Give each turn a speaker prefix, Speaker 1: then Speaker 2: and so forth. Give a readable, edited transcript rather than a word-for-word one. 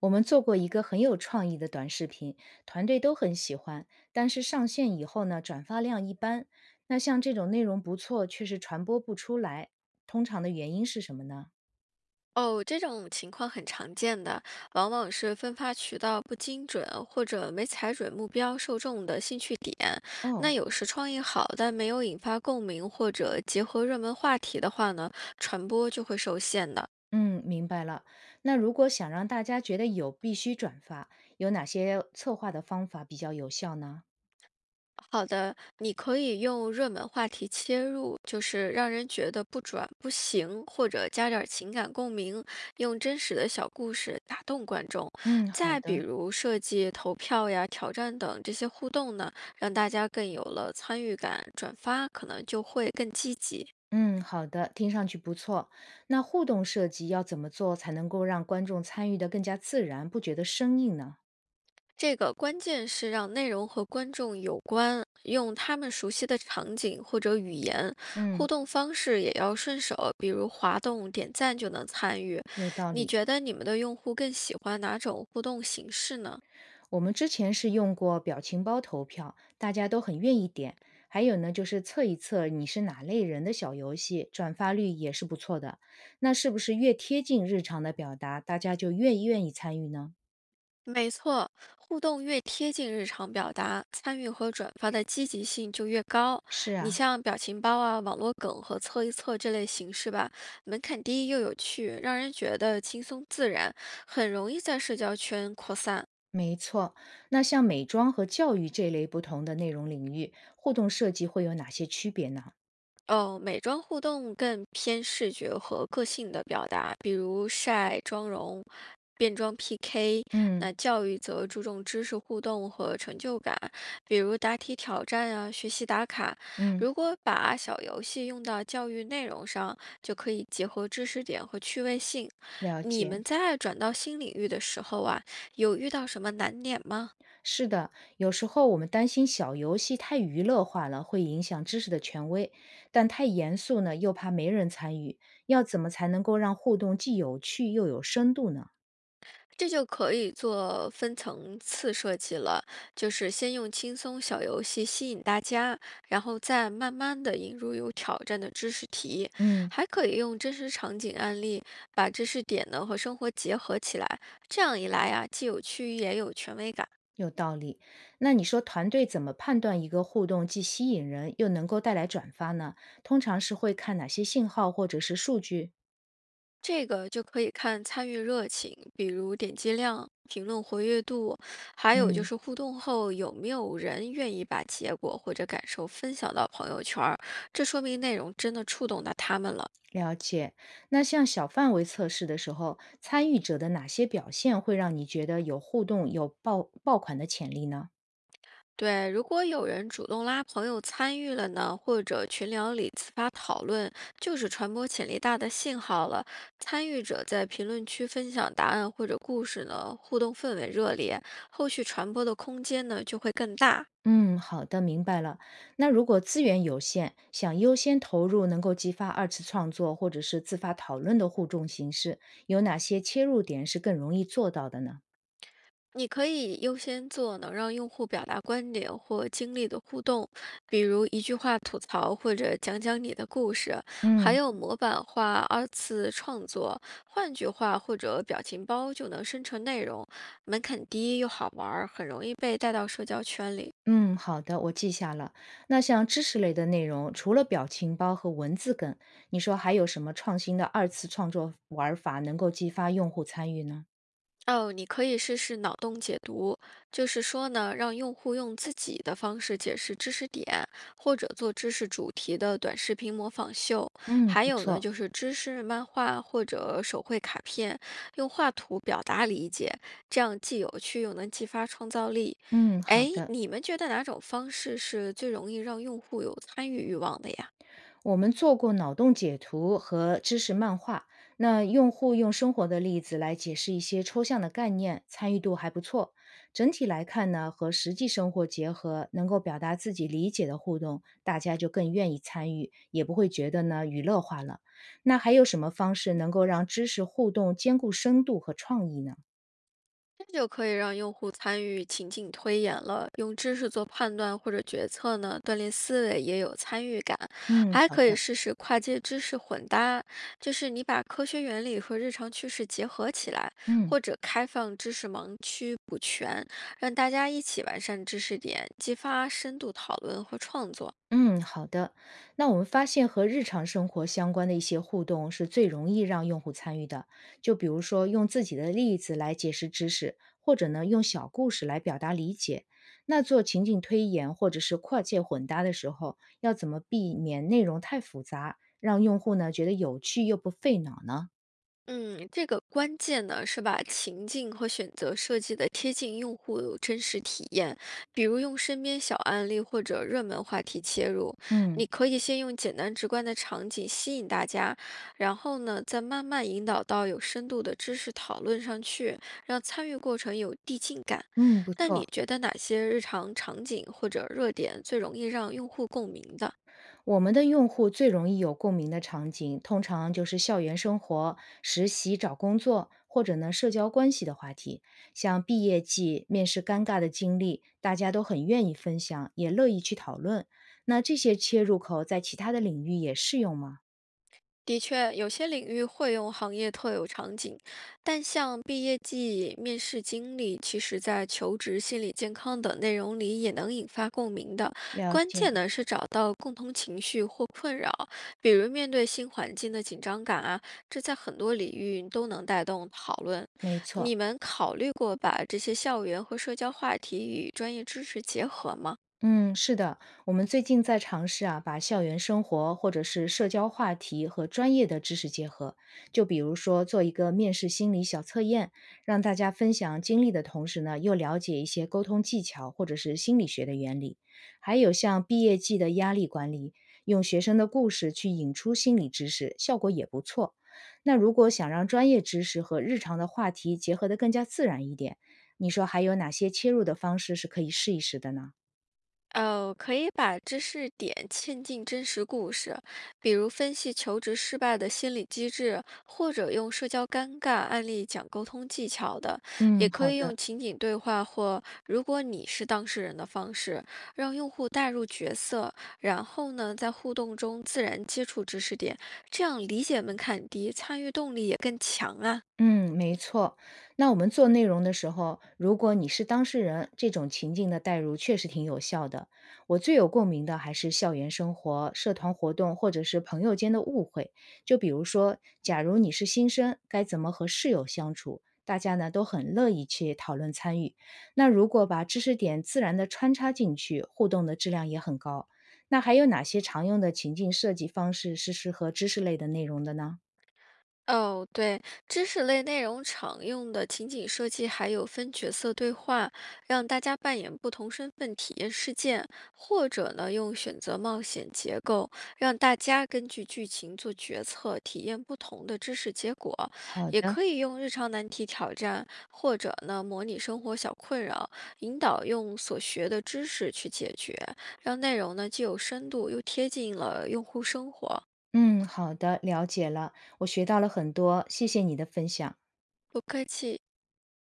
Speaker 1: 我们做过一个很有创意的短视频，团队都很喜欢，但是上线以后呢，转发量一般。那像这种内容不错，却是传播不出来，通常的原因是什么呢？
Speaker 2: 哦，这种情况很常见的，往往是分发渠道不精准，或者没踩准目标受众的兴趣点。那
Speaker 1: 哦，
Speaker 2: 有时创意好，但没有引发共鸣，或者结合热门话题的话呢，传播就会受限的。
Speaker 1: 嗯，明白了。那如果想让大家觉得有，必须转发，有哪些策划的方法比较有效呢？
Speaker 2: 好的，你可以用热门话题切入，就是让人觉得不转不行，或者加点儿情感共鸣，用真实的小故事打动观众。
Speaker 1: 嗯，好
Speaker 2: 再比
Speaker 1: 的。
Speaker 2: 如设计投票呀、挑战等这些互动呢，让大家更有了参与感，转发可能就会更积极。
Speaker 1: 嗯，好的，听上去不错。那互动设计要怎么做才能够让观众参与的更加自然，不觉得生硬呢？
Speaker 2: 这个关键是让内容和观众有关，用他们熟悉的场景或者语言，互
Speaker 1: 嗯，
Speaker 2: 动方式也要顺手，比如滑动、点赞就能参与。
Speaker 1: 有道
Speaker 2: 你
Speaker 1: 理。
Speaker 2: 觉得你们的用户更喜欢哪种互动形式呢？
Speaker 1: 我们之前是用过表情包投票，大家都很愿意点。还有呢，就是测一测你是哪类人的小游戏，转发率也是不错的。那是不是越贴近日常的表达，大家就越愿意参与呢？
Speaker 2: 没错，互动越贴近日常表达，参与和转发的积极性就越高。
Speaker 1: 是
Speaker 2: 你
Speaker 1: 啊，
Speaker 2: 像表情包啊、网络梗和测一测这类形式吧，门槛低又有趣，让人觉得轻松自然，很容易在社交圈扩散。
Speaker 1: 没错。那像美妆和教育这类不同的内容领域，互动设计会有哪些区别呢？
Speaker 2: 哦，美妆互动更偏视觉和个性的表达，比如晒、妆容、变装 PK。
Speaker 1: 嗯
Speaker 2: 那教育则注重知识互动和成就感，比如答题挑战啊、学习打卡。
Speaker 1: 嗯，
Speaker 2: 如果把小游戏用到教育内容上，就可以结合知识点和趣味性。
Speaker 1: 了
Speaker 2: 你
Speaker 1: 解。
Speaker 2: 们在转到新领域的时候啊，有遇到什么难点吗？
Speaker 1: 是的，有时候我们担心小游戏太娱乐化了，会影响知识的权威；但太严肃呢，又怕没人参与。要怎么才能够让互动既有趣又有深度呢？
Speaker 2: 这就可以做分层次设计了，就是先用轻松小游戏吸引大家，然后再慢慢的引入有挑战的知识题，
Speaker 1: 嗯，
Speaker 2: 还可以用真实场景案例把知识点呢和生活结合起来，这样一来呀、既有趣也有权威感。
Speaker 1: 有道理。那你说团队怎么判断一个互动既吸引人又能够带来转发呢？通常是会看哪些信号或者是数据？
Speaker 2: 这个就可以看参与热情，比如点击量、评论活跃度，还有就
Speaker 1: 嗯，
Speaker 2: 是互动后有没有人愿意把结果或者感受分享到朋友圈儿，这说明内容真的触动到他们了。
Speaker 1: 了解。那像小范围测试的时候，参与者的哪些表现会让你觉得有互动、有爆爆款的潜力呢？
Speaker 2: 对，如果有人主动拉朋友参与了呢，或者群聊里自发讨论，就是传播潜力大的信号了。参与者在评论区分享答案或者故事呢，互动氛围热烈，后续传播的空间呢就会更大。
Speaker 1: 嗯，好的，明白了。那如果资源有限，想优先投入能够激发二次创作或者是自发讨论的互动形式，有哪些切入点是更容易做到的呢？
Speaker 2: 你可以优先做能让用户表达观点或经历的互动，比如一句话吐槽或者讲讲你的故事，还
Speaker 1: 嗯，
Speaker 2: 有模板化二次创作，换句话或者表情包就能生成内容，门槛低又好玩儿，很容易被带到社交圈里。
Speaker 1: 嗯，好的，我记下了。那像知识类的内容，除了表情包和文字梗，你说还有什么创新的二次创作玩法能够激发用户参与呢？
Speaker 2: 哦，你可以试试脑洞解读，就是说呢，让用户用自己的方式解释知识点，或者做知识主题的短视频模仿秀。
Speaker 1: 嗯，
Speaker 2: 还
Speaker 1: 不
Speaker 2: 有呢，
Speaker 1: 错。
Speaker 2: 就是知识漫画或者手绘卡片，用画图表达理解，这样既有趣又能激发创造力。
Speaker 1: 嗯，好
Speaker 2: 哎，
Speaker 1: 的。
Speaker 2: 你们觉得哪种方式是最容易让用户有参与欲望的呀？
Speaker 1: 我们做过脑洞解图和知识漫画，那用户用生活的例子来解释一些抽象的概念，参与度还不错。整体来看呢，和实际生活结合，能够表达自己理解的互动，大家就更愿意参与，也不会觉得呢娱乐化了。那还有什么方式能够让知识互动兼顾深度和创意呢？
Speaker 2: 这就可以让用户参与情景推演了，用知识做判断或者决策呢，锻炼思维也有参与感，
Speaker 1: 嗯，
Speaker 2: 还
Speaker 1: 好
Speaker 2: 可以
Speaker 1: 的，
Speaker 2: 试试跨界知识混搭，就是你把科学原理和日常趋势结合起来，
Speaker 1: 嗯。
Speaker 2: 或者开放知识盲区补全，让大家一起完善知识点，激发深度讨论和创作。
Speaker 1: 嗯，好的。那我们发现和日常生活相关的一些互动是最容易让用户参与的，就比如说用自己的例子来解释知识，或者呢用小故事来表达理解。那做情景推演或者是跨界混搭的时候，要怎么避免内容太复杂，让用户呢觉得有趣又不费脑呢？
Speaker 2: 嗯，这个关键呢是把情境和选择设计的贴近用户真实体验，比如用身边小案例或者热门话题切入。
Speaker 1: 嗯
Speaker 2: 你可以先用简单直观的场景吸引大家，然后呢再慢慢引导到有深度的知识讨论上去，让参与过程有递进感。
Speaker 1: 嗯，不
Speaker 2: 那你
Speaker 1: 错。
Speaker 2: 觉得哪些日常场景或者热点最容易让用户共鸣的？
Speaker 1: 我们的用户最容易有共鸣的场景，通常就是校园生活、实习找工作，或者呢社交关系的话题，像毕业季、面试尴尬的经历，大家都很愿意分享，也乐意去讨论。那这些切入口在其他的领域也适用吗？
Speaker 2: 的确，有些领域会用行业特有场景，但像毕业季、面试经历，其实在求职心理健康等内容里也能引发共鸣的。
Speaker 1: 了
Speaker 2: 关
Speaker 1: 解，
Speaker 2: 键呢是找到共同情绪或困扰，比如面对新环境的紧张感啊，这在很多领域都能带动讨论。
Speaker 1: 没错，
Speaker 2: 你们考虑过把这些校园和社交话题与专业知识结合吗？
Speaker 1: 嗯，是的，我们最近在尝试啊，把校园生活或者是社交话题和专业的知识结合。就比如说，做一个面试心理小测验，让大家分享经历的同时呢，又了解一些沟通技巧或者是心理学的原理。还有像毕业季的压力管理，用学生的故事去引出心理知识，效果也不错。那如果想让专业知识和日常的话题结合得更加自然一点，你说还有哪些切入的方式是可以试一试的呢？
Speaker 2: 可以把知识点嵌进真实故事，比如分析求职失败的心理机制，或者用社交尴尬案例讲沟通技巧的，
Speaker 1: 嗯，
Speaker 2: 也可
Speaker 1: 好
Speaker 2: 以用
Speaker 1: 的。
Speaker 2: 情景对话或如果你是当事人的方式，让用户带入角色，然后呢，在互动中自然接触知识点，这样理解门槛低，参与动力也更强啊。
Speaker 1: 嗯，没错。那我们做内容的时候，如果你是当事人，这种情境的代入确实挺有效的。我最有共鸣的还是校园生活、社团活动或者是朋友间的误会。就比如说，假如你是新生，该怎么和室友相处？大家呢都很乐意去讨论参与。那如果把知识点自然的穿插进去，互动的质量也很高。那还有哪些常用的情境设计方式是适合知识类的内容的呢？
Speaker 2: 哦，对，知识类内容常用的情景设计，还有分角色对话，让大家扮演不同身份体验事件，或者呢用选择冒险结构，让大家根据剧情做决策，体验不同的知识结果。
Speaker 1: 好
Speaker 2: 也
Speaker 1: 的，
Speaker 2: 可以用日常难题挑战，或者呢模拟生活小困扰，引导用所学的知识去解决，让内容呢既有深度，又贴近了用户生活。
Speaker 1: 嗯，好的，了解了，我学到了很多，谢谢你的分享。
Speaker 2: 不客气。